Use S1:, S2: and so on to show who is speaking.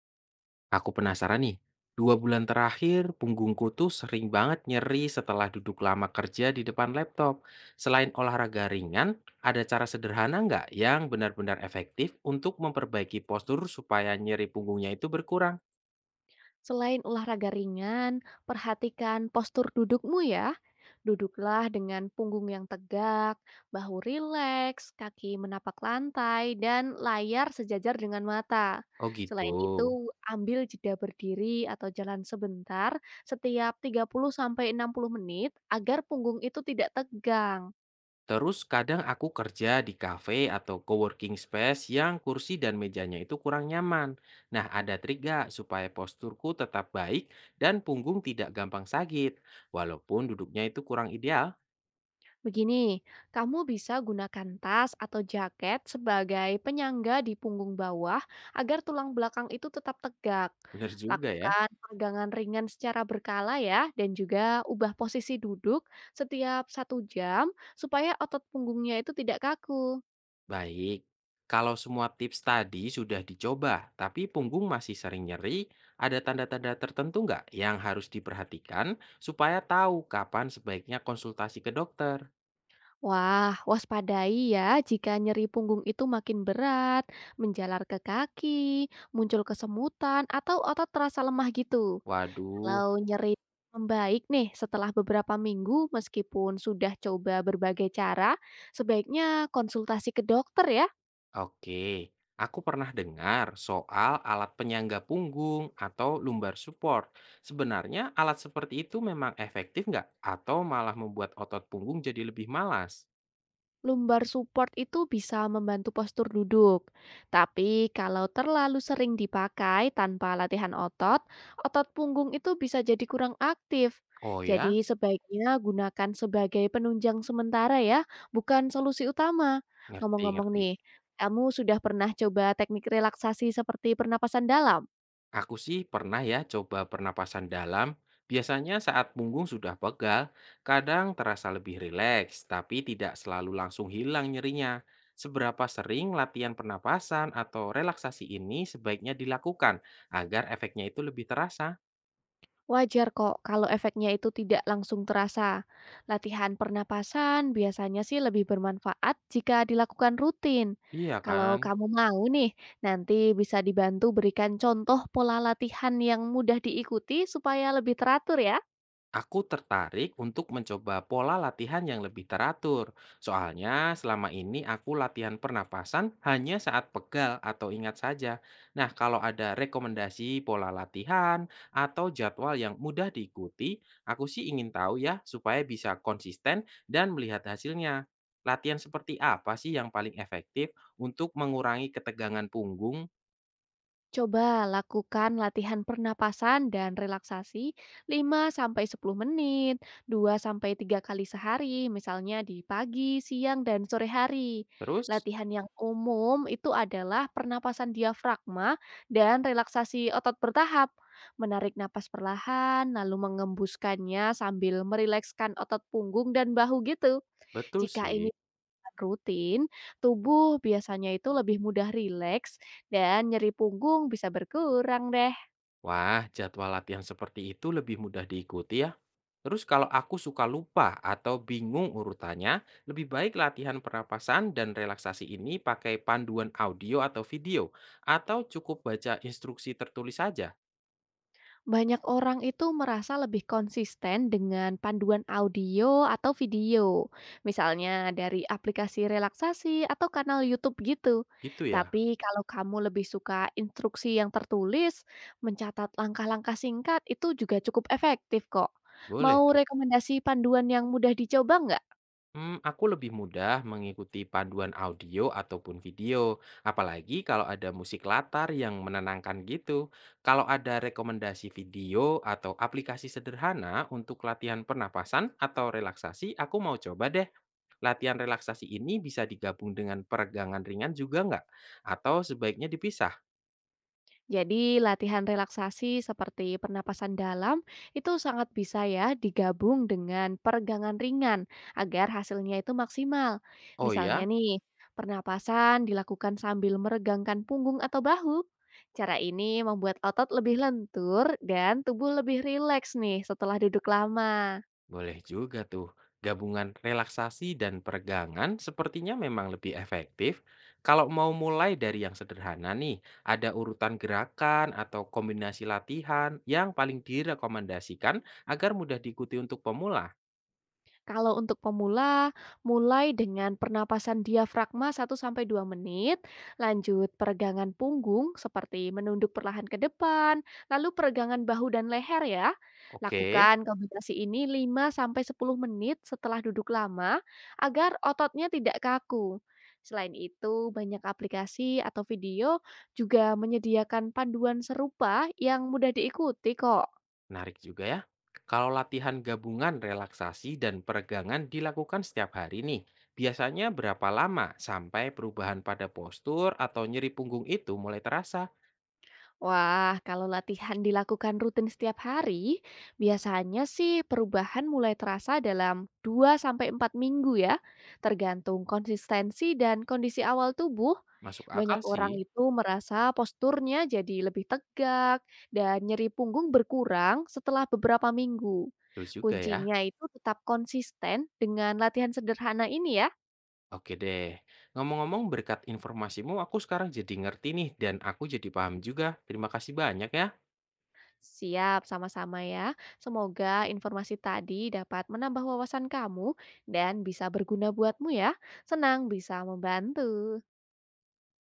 S1: Aku penasaran nih, 2 bulan terakhir punggungku tuh sering banget nyeri setelah duduk lama kerja di depan laptop. Selain olahraga ringan, ada cara sederhana nggak yang benar-benar efektif untuk memperbaiki postur supaya nyeri punggungnya itu berkurang?
S2: Selain olahraga ringan, perhatikan postur dudukmu ya. Duduklah dengan punggung yang tegak, bahu rileks, kaki menapak lantai, dan layar sejajar dengan mata.
S1: Oh gitu.
S2: Selain itu, ambil jeda berdiri atau jalan sebentar setiap 30 sampai 60 menit agar punggung itu tidak tegang.
S1: Terus kadang aku kerja di kafe atau coworking space yang kursi dan mejanya itu kurang nyaman. Nah, ada trik nggak supaya posturku tetap baik dan punggung tidak gampang sakit, walaupun duduknya itu kurang ideal?
S2: Begini, kamu bisa gunakan tas atau jaket sebagai penyangga di punggung bawah agar tulang belakang itu tetap tegak.
S1: Bener juga ya.
S2: Lakukan peregangan ringan secara berkala ya, dan juga ubah posisi duduk setiap satu jam supaya otot punggungnya itu tidak kaku.
S1: Baik. Kalau semua tips tadi sudah dicoba, tapi punggung masih sering nyeri, ada tanda-tanda tertentu nggak yang harus diperhatikan supaya tahu kapan sebaiknya konsultasi ke dokter?
S2: Wah, waspadai ya jika nyeri punggung itu makin berat, menjalar ke kaki, muncul kesemutan, atau otot terasa lemah gitu.
S1: Waduh,
S2: Kalau nyeri membaik nih setelah beberapa minggu meskipun sudah coba berbagai cara, sebaiknya konsultasi ke dokter ya.
S1: oke. Aku pernah dengar soal alat penyangga punggung atau lumbar support. Sebenarnya alat seperti itu memang efektif nggak? Atau malah membuat otot punggung jadi lebih malas?
S2: Lumbar support itu bisa membantu postur duduk. Tapi kalau terlalu sering dipakai tanpa latihan otot, otot punggung itu bisa jadi kurang aktif.
S1: Oh ya,
S2: Jadi sebaiknya gunakan sebagai penunjang sementara ya, bukan solusi utama. Ngomong-ngomong
S1: ngerti-ngerti.
S2: nih, kamu sudah pernah coba teknik relaksasi seperti pernapasan dalam?
S1: Aku sih pernah ya coba pernapasan dalam. Biasanya saat punggung sudah pegal, kadang terasa lebih rileks, tapi tidak selalu langsung hilang nyerinya. Seberapa sering latihan pernapasan atau relaksasi ini sebaiknya dilakukan agar efeknya itu lebih terasa?
S2: Wajar kok kalau efeknya itu tidak langsung terasa. Latihan pernapasan biasanya sih lebih bermanfaat jika dilakukan rutin.
S1: Iya
S2: Kalau
S1: kan?
S2: kamu mau nih, nanti bisa dibantu berikan contoh pola latihan yang mudah diikuti supaya lebih teratur ya.
S1: Aku tertarik untuk mencoba pola latihan yang lebih teratur. Soalnya selama ini aku latihan pernapasan hanya saat pegal atau ingat saja. Nah, kalau ada rekomendasi pola latihan atau jadwal yang mudah diikuti, aku sih ingin tahu ya supaya bisa konsisten dan melihat hasilnya. Latihan seperti apa sih yang paling efektif untuk mengurangi ketegangan punggung?
S2: Coba lakukan latihan pernapasan dan relaksasi 5 sampai 10 menit, dua sampai tiga kali sehari, misalnya di pagi, siang, dan sore hari.
S1: Terus,
S2: Latihan yang umum itu adalah pernapasan diafragma dan relaksasi otot bertahap. Menarik napas perlahan, lalu mengembuskannya sambil merilekskan otot punggung dan bahu gitu.
S1: betul
S2: Jika
S1: sih.
S2: ini rutin, tubuh biasanya itu lebih mudah rileks dan nyeri punggung bisa berkurang deh.
S1: Wah, jadwal latihan seperti itu lebih mudah diikuti ya. Terus kalau aku suka lupa atau bingung urutannya, lebih baik latihan pernapasan dan relaksasi ini pakai panduan audio atau video, atau cukup baca instruksi tertulis saja,
S2: Banyak orang itu merasa lebih konsisten dengan panduan audio atau video, misalnya dari aplikasi relaksasi atau kanal YouTube gitu.
S1: gitu ya?
S2: Tapi kalau kamu lebih suka instruksi yang tertulis, mencatat langkah-langkah singkat itu juga cukup efektif kok.
S1: Boleh
S2: Mau
S1: tuh.
S2: rekomendasi panduan yang mudah dicoba nggak?
S1: Hmm, aku lebih mudah mengikuti paduan audio ataupun video, apalagi kalau ada musik latar yang menenangkan gitu. Kalau ada rekomendasi video atau aplikasi sederhana untuk latihan pernapasan atau relaksasi, aku mau coba deh. Latihan relaksasi ini bisa digabung dengan peregangan ringan juga nggak? Atau sebaiknya dipisah?
S2: Jadi latihan relaksasi seperti pernapasan dalam itu sangat bisa ya digabung dengan peregangan ringan agar hasilnya itu maksimal.
S1: Oh
S2: Misalnya
S1: ya,
S2: nih, pernapasan dilakukan sambil meregangkan punggung atau bahu. Cara ini membuat otot lebih lentur dan tubuh lebih rileks nih setelah duduk lama.
S1: boleh juga tuh. Gabungan relaksasi dan peregangan sepertinya memang lebih efektif. Kalau mau mulai dari yang sederhana nih, ada urutan gerakan atau kombinasi latihan yang paling direkomendasikan agar mudah diikuti untuk pemula.
S2: Kalau untuk pemula, mulai dengan pernapasan diafragma satu sampai dua menit, lanjut peregangan punggung seperti menunduk perlahan ke depan, lalu peregangan bahu dan leher ya.
S1: Oke,
S2: Lakukan kombinasi ini 5 sampai 10 menit setelah duduk lama agar ototnya tidak kaku. Selain itu, banyak aplikasi atau video juga menyediakan panduan serupa yang mudah diikuti kok.
S1: menarik juga ya. Kalau latihan gabungan relaksasi dan peregangan dilakukan setiap hari nih, biasanya berapa lama sampai perubahan pada postur atau nyeri punggung itu mulai terasa?
S2: Wah, kalau latihan dilakukan rutin setiap hari, biasanya sih perubahan mulai terasa dalam 2 sampai 4 minggu ya, tergantung konsistensi dan kondisi awal tubuh.
S1: Masuk akal
S2: Banyak
S1: sih,
S2: orang itu merasa posturnya jadi lebih tegak dan nyeri punggung berkurang setelah beberapa minggu.
S1: betul juga ya.
S2: Kuncinya itu tetap konsisten dengan latihan sederhana ini ya.
S1: Oke deh. Ngomong-ngomong berkat informasimu aku sekarang jadi ngerti nih dan aku jadi paham juga. Terima kasih banyak ya.
S2: Siap, sama-sama ya. Semoga informasi tadi dapat menambah wawasan kamu dan bisa berguna buatmu ya. Senang bisa membantu.